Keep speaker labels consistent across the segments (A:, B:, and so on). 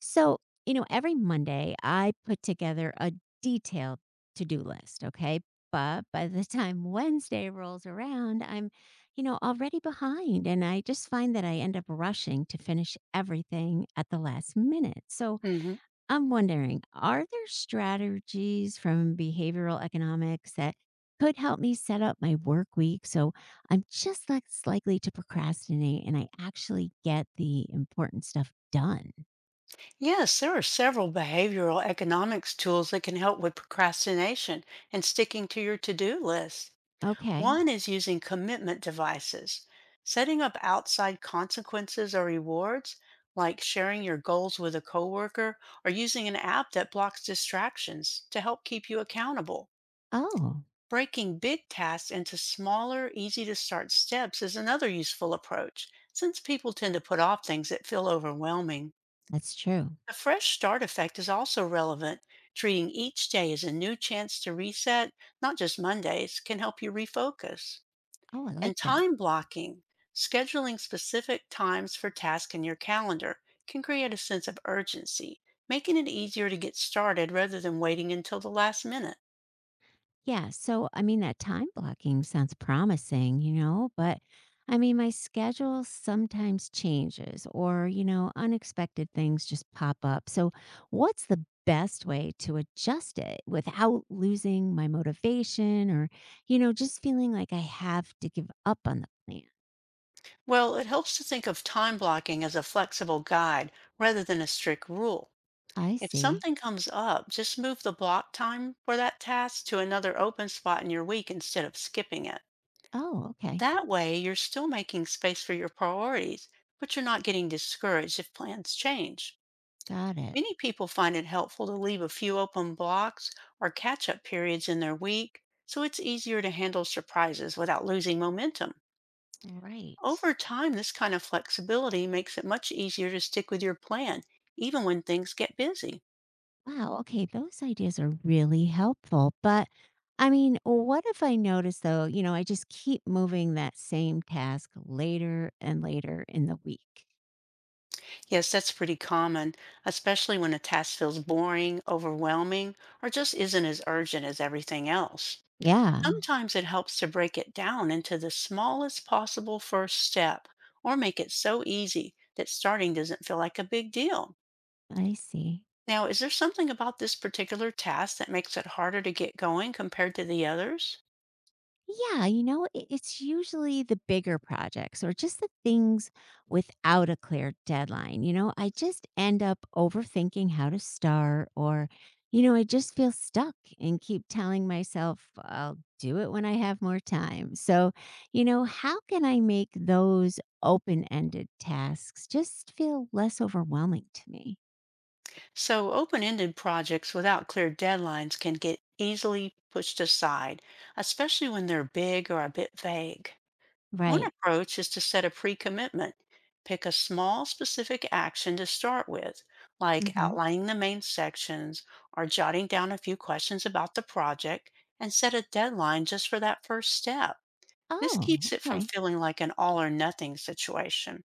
A: So, every Monday I put together a detailed to do list. Okay. But by the time Wednesday rolls around, I'm, already behind. And I just find that I end up rushing to finish everything at the last minute. So
B: hmm
A: I'm wondering, are there strategies from behavioral economics that could help me set up my work week so I'm just less likely to procrastinate and I actually get the important stuff done?
B: Yes, there are several behavioral economics tools that can help with procrastination and sticking to your to do list.
A: Okay.
B: One is using commitment devices, setting up outside consequences or rewards, like sharing your goals with a coworker or using an app that blocks distractions to help keep you accountable.
A: Oh,
B: Breaking big tasks into smaller, easy to start steps is another useful approach, since people tend to put off things that feel overwhelming.
A: that's true.
B: The fresh start effect is also relevant. Treating each day as a new chance to reset, not just Mondays, can help you refocus.
A: Oh, I like
B: And
A: that.
B: time blocking, scheduling specific times for tasks in your calendar, can create a sense of urgency, making it easier to get started rather than waiting until the last minute.
A: Yeah. So, I mean, that time blocking sounds promising, but I mean, my schedule sometimes changes or, unexpected things just pop up. So, what's the best way to adjust it without losing my motivation or, just feeling like I have to give up on the plan?
B: Well, it helps to think of time blocking as a flexible guide rather than a strict rule.
A: I
B: If
A: see.
B: something comes up, just move the block time for that task to another open spot in your week instead of skipping it.
A: Oh, okay.
B: That way, you're still making space for your priorities, but you're not getting discouraged if plans change.
A: Got it.
B: Many people find it helpful to leave a few open blocks or catch up periods in their week, so it's easier to handle surprises without losing momentum.
A: Right.
B: Over time, this kind of flexibility makes it much easier to stick with your plan, even when things get busy.
A: Wow, okay, those ideas are really helpful. But I mean, what if I notice though, I just keep moving that same task later and later in the week?
B: Yes, that's pretty common, especially when a task feels boring, overwhelming, or just isn't as urgent as everything else.
A: Yeah,
B: Sometimes it helps to break it down into the smallest possible first step or make it so easy that starting doesn't feel like a big deal.
A: I see.
B: Now, is there something about this particular task that makes it harder to get going compared to the others?
A: Yeah, it's usually the bigger projects or just the things without a clear deadline. I just end up overthinking how to start, or, I just feel stuck and keep telling myself I'll do it when I have more time. So, how can I make those open ended tasks just feel less overwhelming to me?
B: So, open ended projects without clear deadlines can get easily pushed aside, especially when they're big or a bit vague. One
A: Right.
B: approach is to set a pre commitment. Pick a small, specific action to start with, like
A: Hmm.
B: outlining the main sections or jotting down a few questions about the project, and set a deadline just for that first step. This
A: Oh,
B: keeps it from
A: okay.
B: feeling like an all or nothing situation.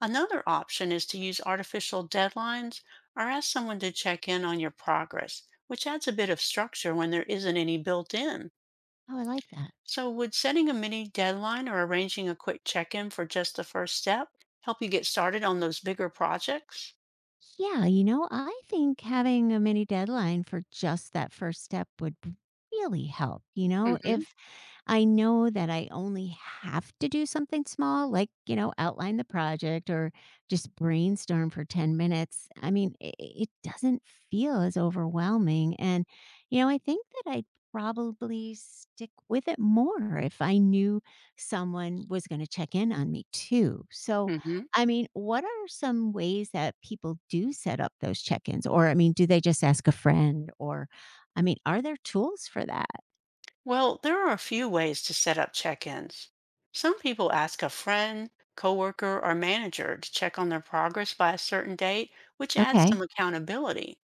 B: Another option is to use artificial deadlines or ask someone to check in on your progress, which adds a bit of structure when there isn't any built in.
A: Oh, I like that.
B: So, would setting a mini deadline or arranging a quick check in for just the first step help you get started on those bigger projects?
A: Yeah, I think having a mini deadline for just that first step would really help.
B: Hmm.
A: If I know that I only have to do something small, like, outline the project or just brainstorm for 10 minutes. I mean, it doesn't feel as overwhelming. And, I think that I'd probably stick with it more if I knew someone was going to check in on me too. So,
B: Hmm.
A: I mean, what are some ways that people do set up those check ins? Or, I mean, do they just ask a friend? Or, I mean, are there tools for that?
B: Well, there are a few ways to set up check ins. Some people ask a friend, coworker, or manager to check on their progress by a certain date, which adds
A: Okay.
B: some accountability.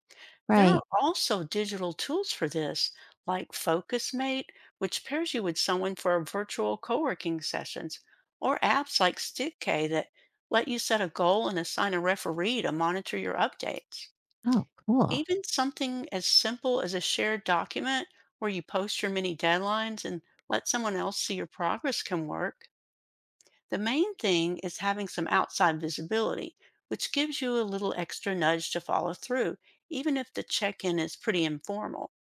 B: There
A: Right.
B: are also digital tools for this, like FocusMate, which pairs you with someone for virtual co-working sessions, or apps like StickK that let you set a goal and assign a referee to monitor your updates.
A: Oh, cool.
B: Even something as simple as a shared document where you post your mini deadlines and let someone else see your progress can work. The main thing is having some outside visibility, which gives you a little extra nudge to follow through, even if the check in is pretty informal.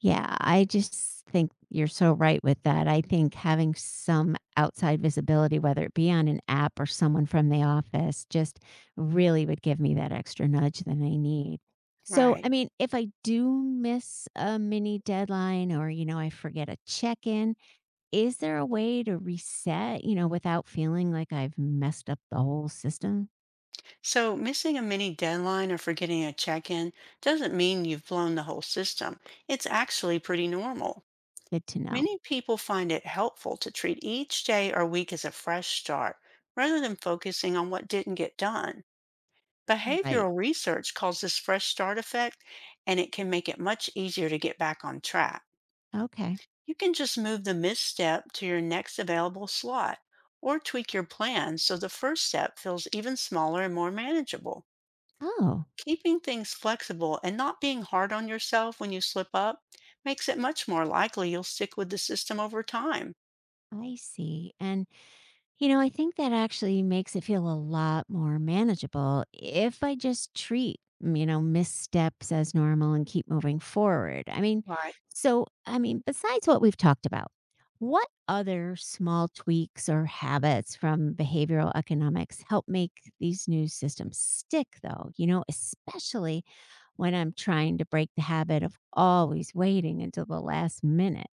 A: Yeah, I just think you're so right with that. I think having some outside visibility, whether it be on an app or someone from the office, just really would give me that extra nudge that I need. So,
B: Right.
A: I mean, if I do miss a mini deadline or, I forget a check in, is there a way to reset, without feeling like I've messed up the whole system?
B: So, missing a mini deadline or forgetting a check in doesn't mean you've blown the whole system. It's actually pretty normal.
A: Good to know.
B: Many people find it helpful to treat each day or week as a fresh start rather than focusing on what didn't get done.
A: Right.
B: Behavioral research calls this fresh start effect, and it can make it much easier to get back on track.
A: Okay.
B: You can just move the misstep to your next available slot or tweak your plan so the first step feels even smaller and more manageable.
A: Oh,
B: Keeping things flexible and not being hard on yourself when you slip up makes it much more likely you'll stick with the system over time.
A: I see. And I think that actually makes it feel a lot more manageable if I just treat, missteps as normal and keep moving forward. I mean,
B: Right.
A: so, I mean, besides what we've talked about, what other small tweaks or habits from behavioral economics help make these new systems stick, though? Especially when I'm trying to break the habit of always waiting until the last minute.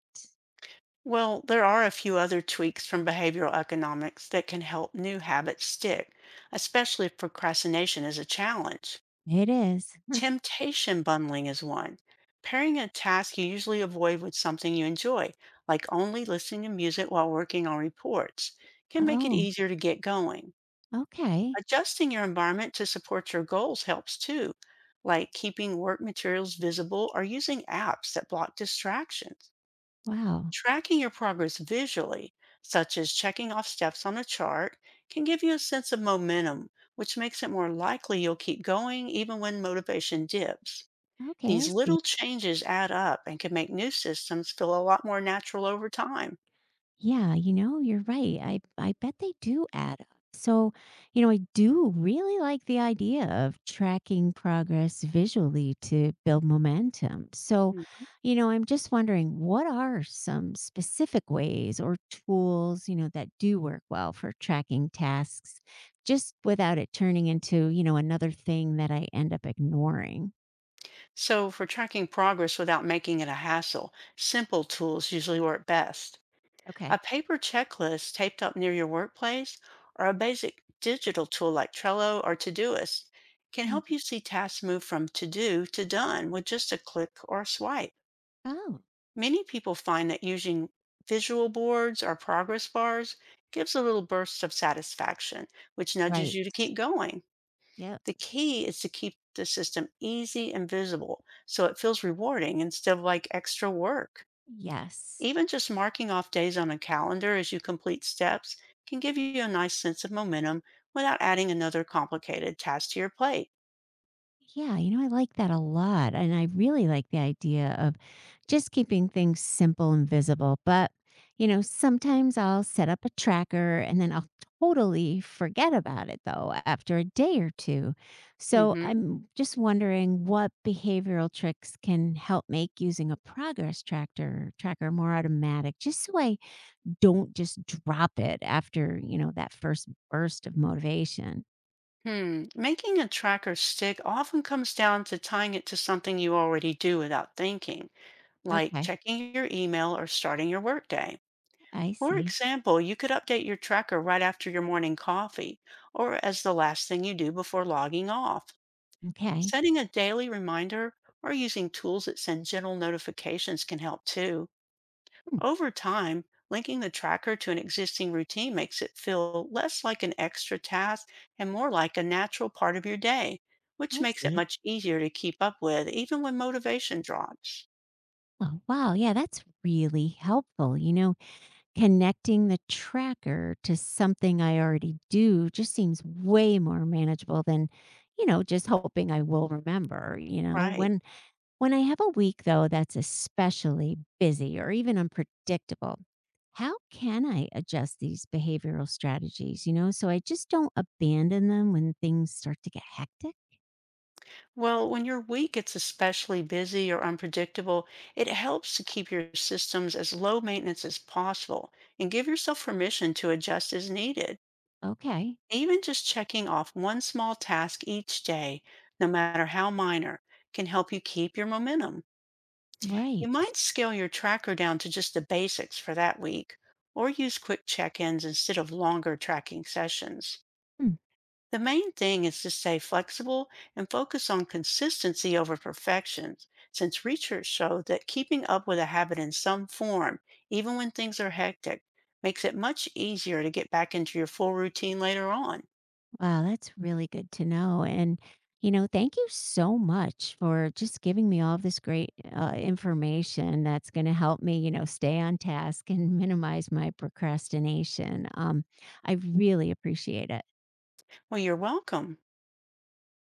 B: Well, there are a few other tweaks from behavioral economics that can help new habits stick, especially if procrastination is a challenge.
A: It is.
B: Temptation bundling is one. Pairing a task you usually avoid with something you enjoy, like only listening to music while working on reports, can make it
A: Oh,
B: easier to get going.
A: okay.
B: Adjusting your environment to support your goals helps too, like keeping work materials visible or using apps that block distractions.
A: Wow.
B: Tracking your progress visually, such as checking off steps on a chart, can give you a sense of momentum, which makes it more likely you'll keep going even when motivation dips.
A: Okay, I
B: These
A: see.
B: little changes add up and can make new systems feel a lot more natural over time.
A: Yeah, you're right. I bet they do add up. So, I do really like the idea of tracking progress visually to build momentum. So,
B: Mhm.
A: I'm just wondering, what are some specific ways or tools, that do work well for tracking tasks just without it turning into, another thing that I end up ignoring?
B: So, for tracking progress without making it a hassle, simple tools usually work best.
A: Okay.
B: A paper checklist taped up near your workplace or a basic digital tool like Trello or Todoist can
A: Mm.
B: help you see tasks move from to do to done with just a click or a swipe.
A: Oh,
B: Many people find that using visual boards or progress bars gives a little burst of satisfaction, which nudges
A: right.
B: you to keep going.
A: Yep.
B: The key is to keep the system easy and visible so it feels rewarding instead of like extra work.
A: Yes.
B: Even just marking off days on a calendar as you complete steps can give you a nice sense of momentum without adding another complicated task to your plate.
A: Yeah, I like that a lot. And I really like the idea of just keeping things simple and visible. But, sometimes I'll set up a tracker and then I'll totally forget about it, though, after a day or two. So
B: hmm
A: I'm just wondering, what behavioral tricks can help make using a progress tractor tracker more automatic, just so I don't just drop it after, that first burst of motivation?
B: Hmm. Making a tracker stick often comes down to tying it to something you already do without thinking, like
A: Okay,
B: checking your email or starting your workday.
A: I
B: For
A: see.
B: example, you could update your tracker right after your morning coffee or as the last thing you do before logging off.
A: Okay.
B: Setting a daily reminder or using tools that send gentle notifications can help too.
A: Hmm.
B: Over time, linking the tracker to an existing routine makes it feel less like an extra task and more like a natural part of your day, which
A: I
B: makes it
A: see.
B: much easier to keep up with, even when motivation drops.
A: Oh, wow. Yeah, that's really helpful. Connecting the tracker to something I already do just seems way more manageable than, just hoping I will remember.
B: Right.
A: When I have a week though that's especially busy or even unpredictable, how can I adjust these behavioral strategies, so I just don't abandon them when things start to get hectic?
B: Well, when your week gets especially busy or unpredictable, it helps to keep your systems as low maintenance as possible and give yourself permission to adjust as needed.
A: Okay.
B: Even just checking off one small task each day, no matter how minor, can help you keep your momentum. You
A: Right.
B: might scale your tracker down to just the basics for that week, or use quick check ins instead of longer tracking sessions.
A: Hmm.
B: The main thing is to stay flexible and focus on consistency over perfection, since research showed that keeping up with a habit in some form, even when things are hectic, makes it much easier to get back into your full routine later on.
A: Wow, that's really good to know. And, thank you so much for just giving me all this great information that's going to help me, stay on task and minimize my procrastination. I really appreciate it.
B: Well, you're welcome.